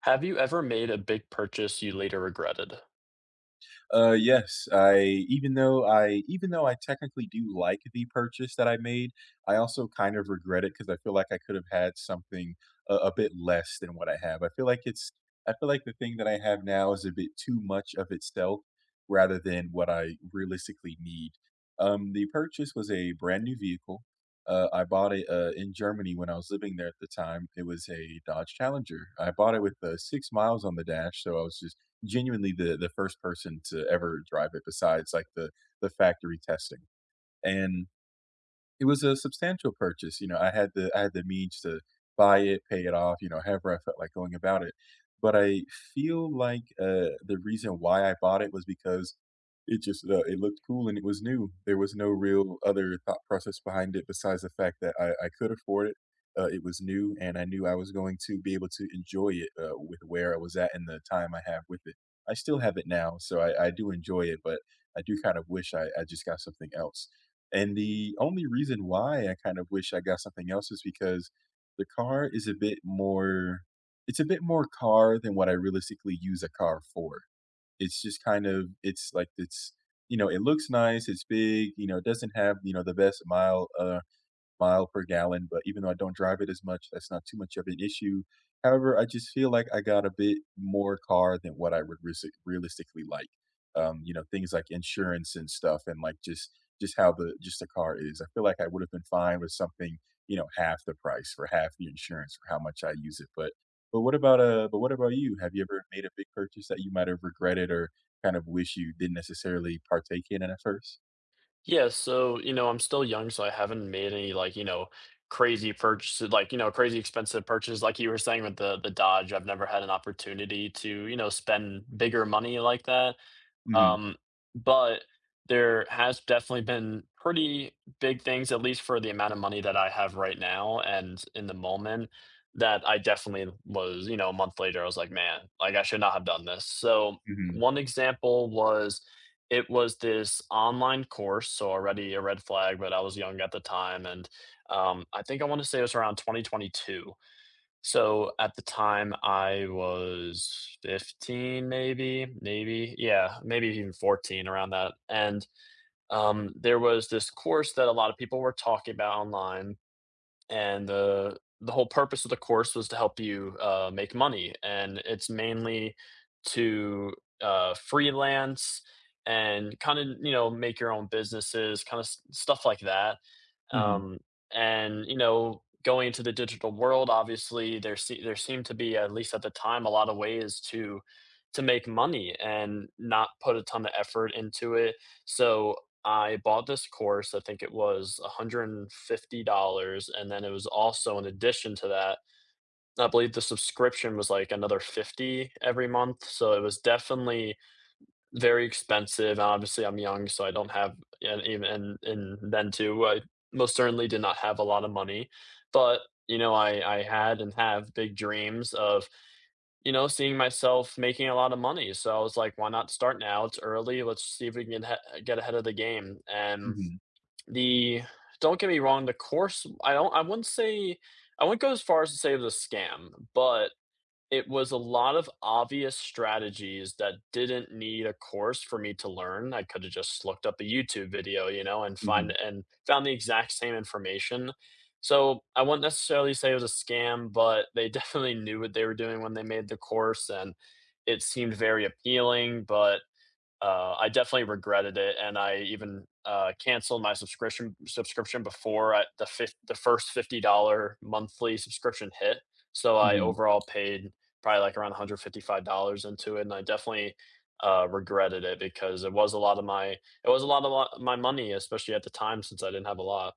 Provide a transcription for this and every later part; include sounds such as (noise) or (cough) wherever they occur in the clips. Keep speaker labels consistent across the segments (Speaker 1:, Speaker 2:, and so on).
Speaker 1: Have you ever made a big purchase you later regretted?
Speaker 2: Yes, I even though I technically do like the purchase that I made, I also kind of regret it because I feel like I could have had something a bit less than what I have. I feel like the thing that I have now is a bit too much of itself rather than what I realistically need. The purchase was a brand new vehicle. I bought it in Germany when I was living there at the time. It was a Dodge Challenger. I bought it with 6 miles on the dash, so I was just genuinely the first person to ever drive it besides like the factory testing. And it was a substantial purchase, you know, I had the means to buy it, pay it off, you know, however I felt like going about it, but I feel like, the reason why I bought it was because it just, it looked cool and it was new. There was no real other thought process behind it besides the fact that I could afford it, it was new, and I knew I was going to be able to enjoy it, with where I was at and the time I have with it. I still have it now, so I do enjoy it, but I do kind of wish I just got something else. And the only reason why I kind of wish I got something else is because the car is a bit more it's a bit more car than what I realistically use a car for. It's just kind of it's like it's You know, it looks nice, it's big, you know, it doesn't have, you know, the best mile per gallon, but even though I don't drive it as much, that's not too much of an issue. However, I just feel like I got a bit more car than what I would realistically like. You know, things like insurance and stuff and just the car is. I feel like I would have been fine with something, you know, half the price for half the insurance for how much I use it. But what about you? Have you ever made a big purchase that you might have regretted or kind of wish you didn't necessarily partake in at first?
Speaker 1: Yeah, so, you know, I'm still young, so I haven't made any like, you know, crazy purchases, like, you know, crazy expensive purchases. Like you were saying with the Dodge, I've never had an opportunity to, you know, spend bigger money like that.
Speaker 2: Mm-hmm.
Speaker 1: Um, but there has definitely been pretty big things, at least for the amount of money that I have right now and in the moment, that I definitely was, you know, a month later, I was like, man, like I should not have done this. So
Speaker 2: Mm-hmm.
Speaker 1: one example was it was this online course, so already a red flag, but I was young at the time, and I think I want to say it was around 2022, so at the time, I was 15, yeah, maybe even 14 around that. And there was this course that a lot of people were talking about online, and the whole purpose of the course was to help you make money, and it's mainly to freelance and kind of, you know, make your own businesses, kind of stuff like that.
Speaker 2: Mm-hmm.
Speaker 1: um, and you know, going into the digital world, obviously there seemed to be, at least at the time, a lot of ways to make money and not put a ton of effort into it. So I bought this course, I think it was $150, and then it was also in addition to that, I believe the subscription was, like, another 50 every month, so it was definitely very expensive, and obviously I'm young, so I don't have and even and then too, I most certainly did not have a lot of money, but, you know, I had and have big dreams of, you know, seeing myself making a lot of money, so I was like, "Why not start now? It's early, let's see if we can get ahead of the game." And
Speaker 2: Mm-hmm.
Speaker 1: the don't get me wrong, the course I don't I wouldn't say, I wouldn't go as far as to say it was a scam, but it was a lot of obvious strategies that didn't need a course for me to learn. I coulda just looked up a YouTube video, you know, and
Speaker 2: Mm-hmm.
Speaker 1: find and found the exact same information. So, I wouldn't necessarily say it was a scam, but they (laughs) definitely knew what they were doing when they made the course, and it seemed very appealing, but I definitely regretted it, and I even canceled my subscription before I, the first $50 monthly subscription hit. So I
Speaker 2: Mm-hmm.
Speaker 1: overall paid probably like around $155 into it, and I definitely regretted it because it was a lot of my it was a lot of lo- my money, especially at the time since I didn't have a lot.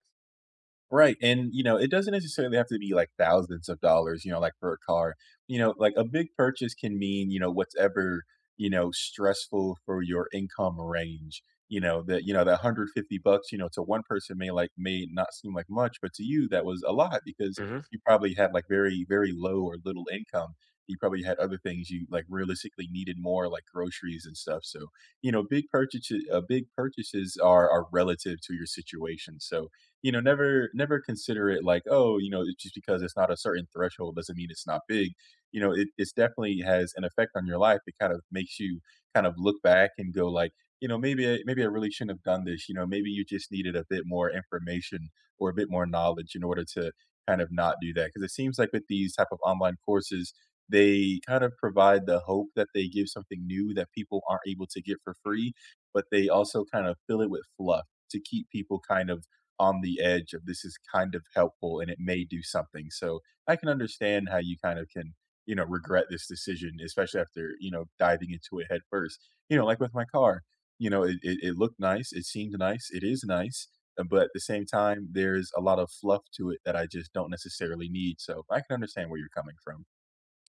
Speaker 2: Right, and, you know, it doesn't necessarily have to be, like, thousands of dollars, you know, like, for a car. You know, like, a big purchase can mean, you know, whatever, you know, stressful for your income range, you know, that 150 bucks, you know, to one person may, may not seem like much, but to you, that was a lot because
Speaker 1: Mhm.
Speaker 2: you probably had, like, very, very low or little income. You probably had other things you, like, realistically needed more, like groceries and stuff, so, you know, big purchases are relative to your situation, so you know, never consider it like, oh, you know, it's just because it's not a certain threshold doesn't mean it's not big. You know, it's definitely has an effect on your life. It kind of makes you kind of look back and go like, you know, maybe I really shouldn't have done this. You know, maybe you just needed a bit more information or a bit more knowledge in order to kind of not do that. Because it seems like with these type of online courses, they kind of provide the hope that they give something new that people aren't able to get for free, but they also kind of fill it with fluff to keep people kind of on the edge of this is kind of helpful and it may do something. So I can understand how you kind of can, you know, regret this decision, especially after, you know, diving into it head first. You know, like with my car, you know, it looked nice, it seemed nice, it is nice. But at the same time, there's a lot of fluff to it that I just don't necessarily need. So I can understand where you're coming from.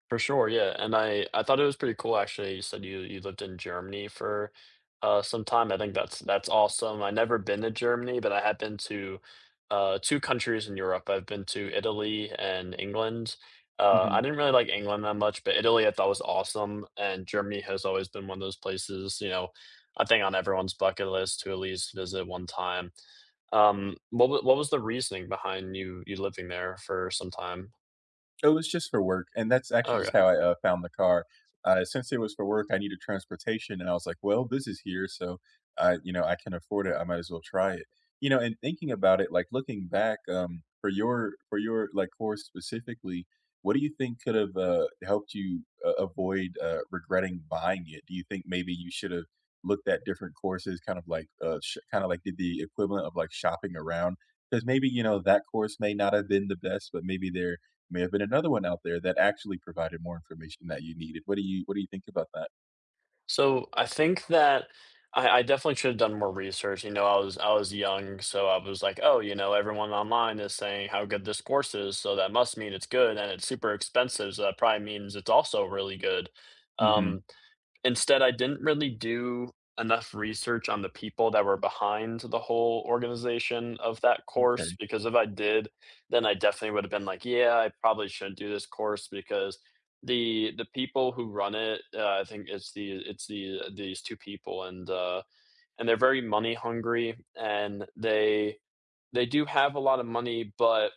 Speaker 1: For sure, yeah, and I thought it was pretty cool actually. You said you lived in Germany for some time. I think that's awesome. I never been to Germany, but I have been to two countries in Europe. I've been to Italy and England. Uh, I
Speaker 2: (laughs)
Speaker 1: didn't really like England that much, but Italy I thought was awesome, and Germany has always been one of those places, you know, I think on everyone's bucket list to at least visit one time. What was the reasoning behind you living there for some time?
Speaker 2: It was just for work, and that's actually just
Speaker 1: Okay.
Speaker 2: how I, found the car. Since it was for work, I needed transportation, and I was like, "Well, this is here, so, you know, I can afford it. I might as well try it." You know, and thinking about it, like, looking back, for your like, course specifically, what do you think could have, helped you a avoid, regretting buying it? Do you think maybe you should have looked at different courses, kind of like, sh kinda like did the equivalent of, like, shopping around? Because maybe, you know, that course may not have been the best, but maybe there may have been another one out there that actually provided more information that you needed. What do you think about that?
Speaker 1: So I think that I definitely should have done more research. You know, I was young, so I was like, oh, you know, everyone online is saying how good this course is, so that must mean it's good, and it's super expensive, so that probably means it's also really good.
Speaker 2: Mhm.
Speaker 1: Um, Instead, I didn't really do enough research on the people that were behind the whole organization of that course,
Speaker 2: Okay.
Speaker 1: because if I did, then I definitely would have been like, "Yeah, I probably shouldn't do this course because the people who run it, I think it's the these 2 people, and they're very money hungry, and they do have a lot of money, but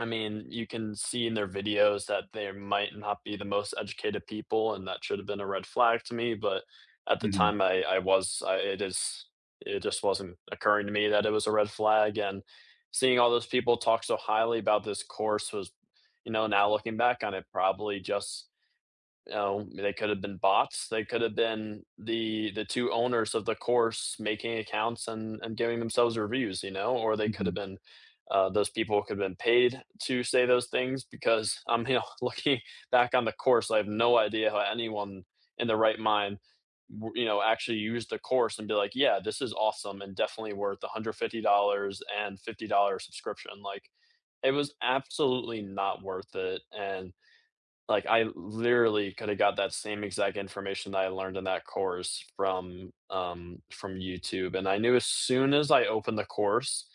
Speaker 1: I mean, you can see in their videos that they might not be the most educated people, and that should have been a red flag to me, but at the
Speaker 2: Mhm.
Speaker 1: time, I was I it is, it just wasn't occurring to me that it was a red flag, and seeing all those people talk so highly about this course was, you know, now looking back on it, probably just, you know, they could have been bots. They could have been the two owners of the course making accounts and giving themselves reviews, you know, or they could have
Speaker 2: Mhm.
Speaker 1: been those people could have been paid to say those things because I'm, you know, (laughs) looking back on the course, I have no idea how anyone in their right mind you know actually use the course and be like yeah this is awesome, and definitely worth $150 and $50 subscription. Like it was absolutely not worth it. And like, I literally could have got that same exact information that I learned in that course from YouTube, and I knew as soon as I opened the course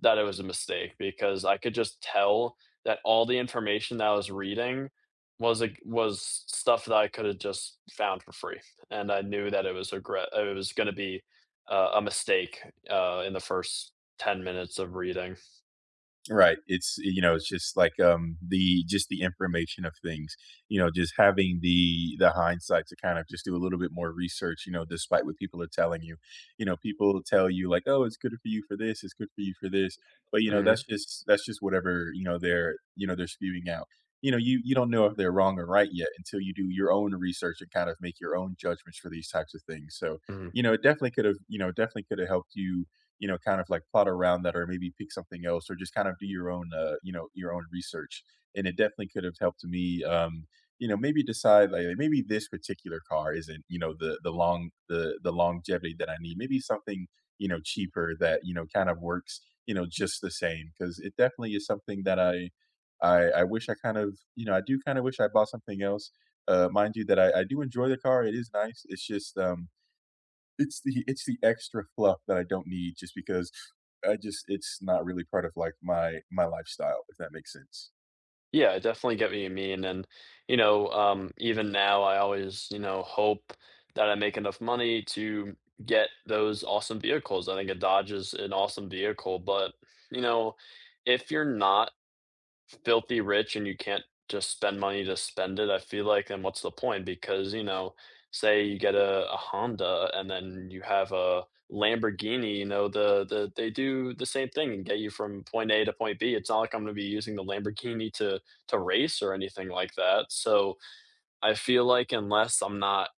Speaker 1: that it was a mistake because I could just tell that all the information that I was reading was stuff that I could have just found for free, and I knew that it was gonna be a mistake, in the first 10 minutes of reading.
Speaker 2: Right. It's You know, it's just like, the just the information of things, you know, just having the hindsight to kind of just do a little bit more research, you know, despite what people are telling you. You know, people tell you like, "Oh, it's good for you for this, it's good for you for this." But, you know,
Speaker 1: Mhm,
Speaker 2: that's just whatever, you know, you know, they're spewing out. You know, you don't know if they're wrong or right yet until you do your own research and kind of make your own judgments for these types of things. So,
Speaker 1: mhm.
Speaker 2: you know, it definitely could have, you know, definitely could have helped you you know, kind of like plot around that or maybe pick something else or just kind of do your own, you know, your own research. And it definitely could have helped me, you know, maybe decide like, maybe this particular car isn't, you know, the longevity that I need. Maybe something, you know, cheaper that, you know, kind of works, you know, just the same. Cause it definitely is something that I wish I kind of, you know, I do kind of wish I bought something else. Mind you, that I do enjoy the car. It is nice. It's just, it's the extra fluff that I don't need just because I just it's not really part of, like, my lifestyle, if that makes sense.
Speaker 1: Yeah, it definitely get what you mean. And, you know, even now, I always, you know, hope that I make enough money to get those awesome vehicles. I think a Dodge is an awesome vehicle, but, you know, if you're not filthy rich and you can't just spend money to spend it, I feel like then what's the point? Because, you know, say you get a Honda, and then you have a Lamborghini, you know, the they do the same thing and get you from point A to point B. It's not like I'm gonna be using the Lamborghini to race or anything like that. So I feel like unless I'm not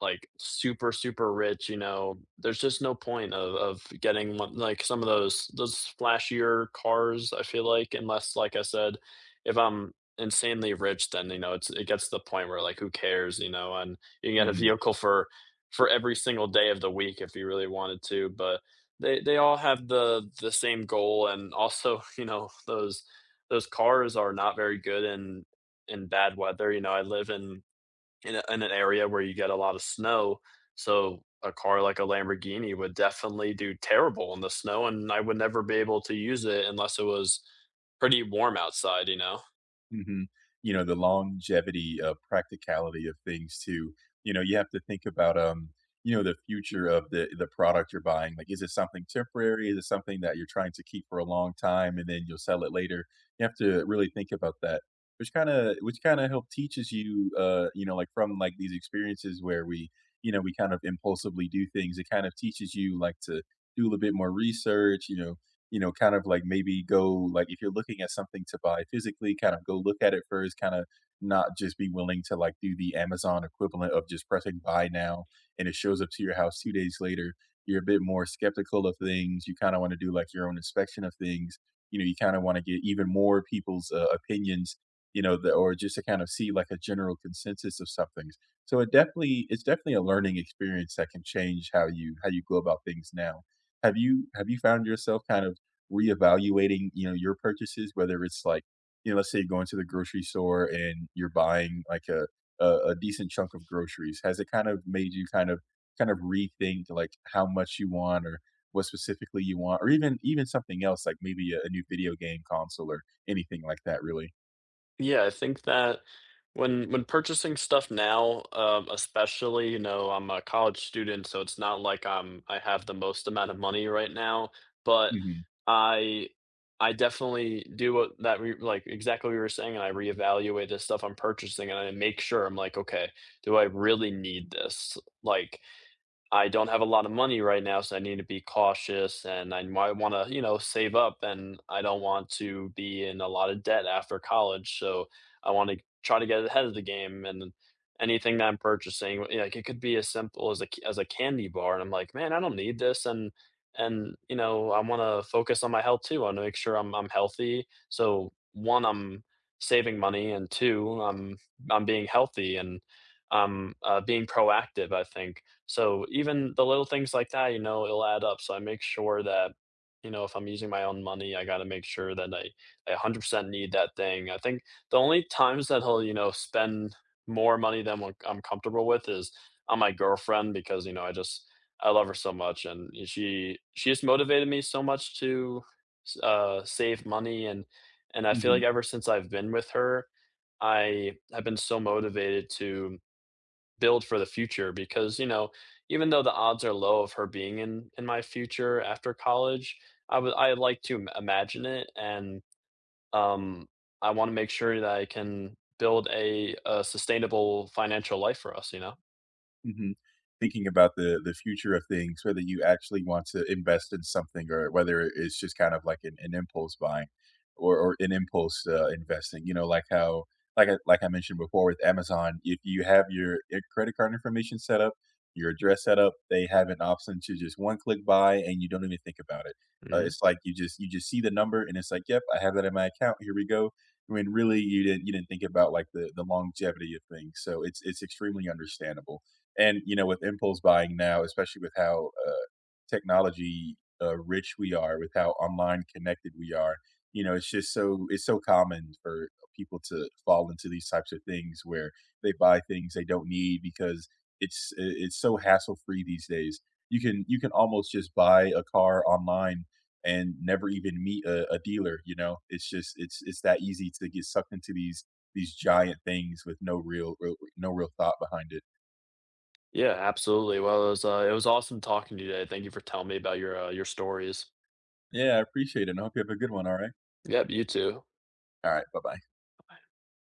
Speaker 1: like super rich, you know, there's just no point of getting one like some of those flashier cars, I feel like, unless, like I said, if I'm insanely rich, then, you know, it gets to the point where like who cares, you know, and you can get a
Speaker 2: Mhm.
Speaker 1: vehicle for every single day of the week if you really wanted to, but they all have the same goal, and also, (laughs) you know, those cars are not very good in bad weather, you know, I live in in an area where you get a lot of snow. So a car like a Lamborghini would definitely do terrible in the snow, and I would never be able to use it unless it was pretty warm outside, you know?
Speaker 2: Mhm. You know, the longevity, practicality of things too. You know, you have to think about, you know, the future of the product you're buying. Like, is it something temporary? Is it something that you're trying to keep for a long time and then you'll sell it later? You have to really think about that, which kinda help teaches you, you know, like, from, like, these experiences where we, you know, we kind of impulsively do things. It kind of teaches you, like, to do a little bit more research, you know, kind of like maybe go like if you're looking at something to buy physically, kind of go look at it first, kind of not just be willing to like do the Amazon equivalent of just pressing buy now and it shows up to your house 2 days later. You're a bit more skeptical of things. You kind of want to do like your own inspection of things. You know, you kind of want to get even more people's opinions. Or just to kind of see like a general consensus of some things. So it's definitely a learning experience that can change how you go about things now. Have you found yourself kind of reevaluating, you know, your purchases, whether it's like, you know, let's say you're going to the grocery store and you're buying like a decent chunk of groceries. Has it kind of made you kind of rethink like how much you want or what specifically you want or even something else like maybe a new video game console or anything like that really?
Speaker 1: Yeah, I think that when purchasing stuff now, especially, you know, I'm a college student, so it's not like I have the most amount of money right now, but
Speaker 2: Mhm.
Speaker 1: I I definitely do what that re like exactly what you were saying, and I reevaluate the stuff I'm purchasing and I make sure I'm like, okay, do I really need this? Like, I don't have a lot of money right now, so I need to be cautious and I might want to, you know, save up, and I don't want to be in a lot of debt after college. So I want to try to get ahead of the game, and then anything that I'm purchasing, you like it could be as simple as as a candy bar, and I'm like, "Man, I don't need this." And you know, I want to focus on my health too. I want to make sure I'm healthy. So one, I'm saving money, and two, I'm being healthy, and I'm, being proactive, I think. So even the little things like that, you know, it'll add up. So I make sure that, you know, if I'm using my own money, I gotta make sure that I 100% need that thing. I think the only times that he'll, you know, spend more money than what I'm comfortable with is on my girlfriend because, you know, I love her so much, and she has motivated me so much to save money. And I feel like
Speaker 2: Mhm.
Speaker 1: ever since I've been with her, I have been so motivated to build for the future, because you know, even though the odds are low of her being in my future after college, I would, I like to imagine it, and um I want to make sure that I can build a sustainable financial life for us, you know.
Speaker 2: Mhm. Thinking about the future of things, whether you actually want to invest in something or whether it's just kind of like an impulse buying or an impulse investing, you know, like how like I mentioned before with Amazon, if you have your credit card information set up, your address set up, they have an option to just one click buy and you don't even think about it.
Speaker 1: Hmm,
Speaker 2: It's like you just see the number and it's like, yep, I have that in my account. Here we go. I mean, really you didn't think about like the longevity of things. So it's extremely understandable and, you know, with impulse buying now, especially with how, technology, rich we are, with how online connected we are, you know, it's so common for people to fall into these types of things where they buy things they don't need because it's so hassle free these days. You can almost just buy a car online and never even meet a dealer, you know? It's just It's that easy to get sucked into these giant things with no real real no real thought behind it.
Speaker 1: yeah absolutely. Well it was, it was awesome talking to you today. Thank you for telling me about your, your stories.
Speaker 2: Yeah, I appreciate it, and I hope you have a good one, all right?
Speaker 1: Yep, you too.
Speaker 2: All right, bye-bye.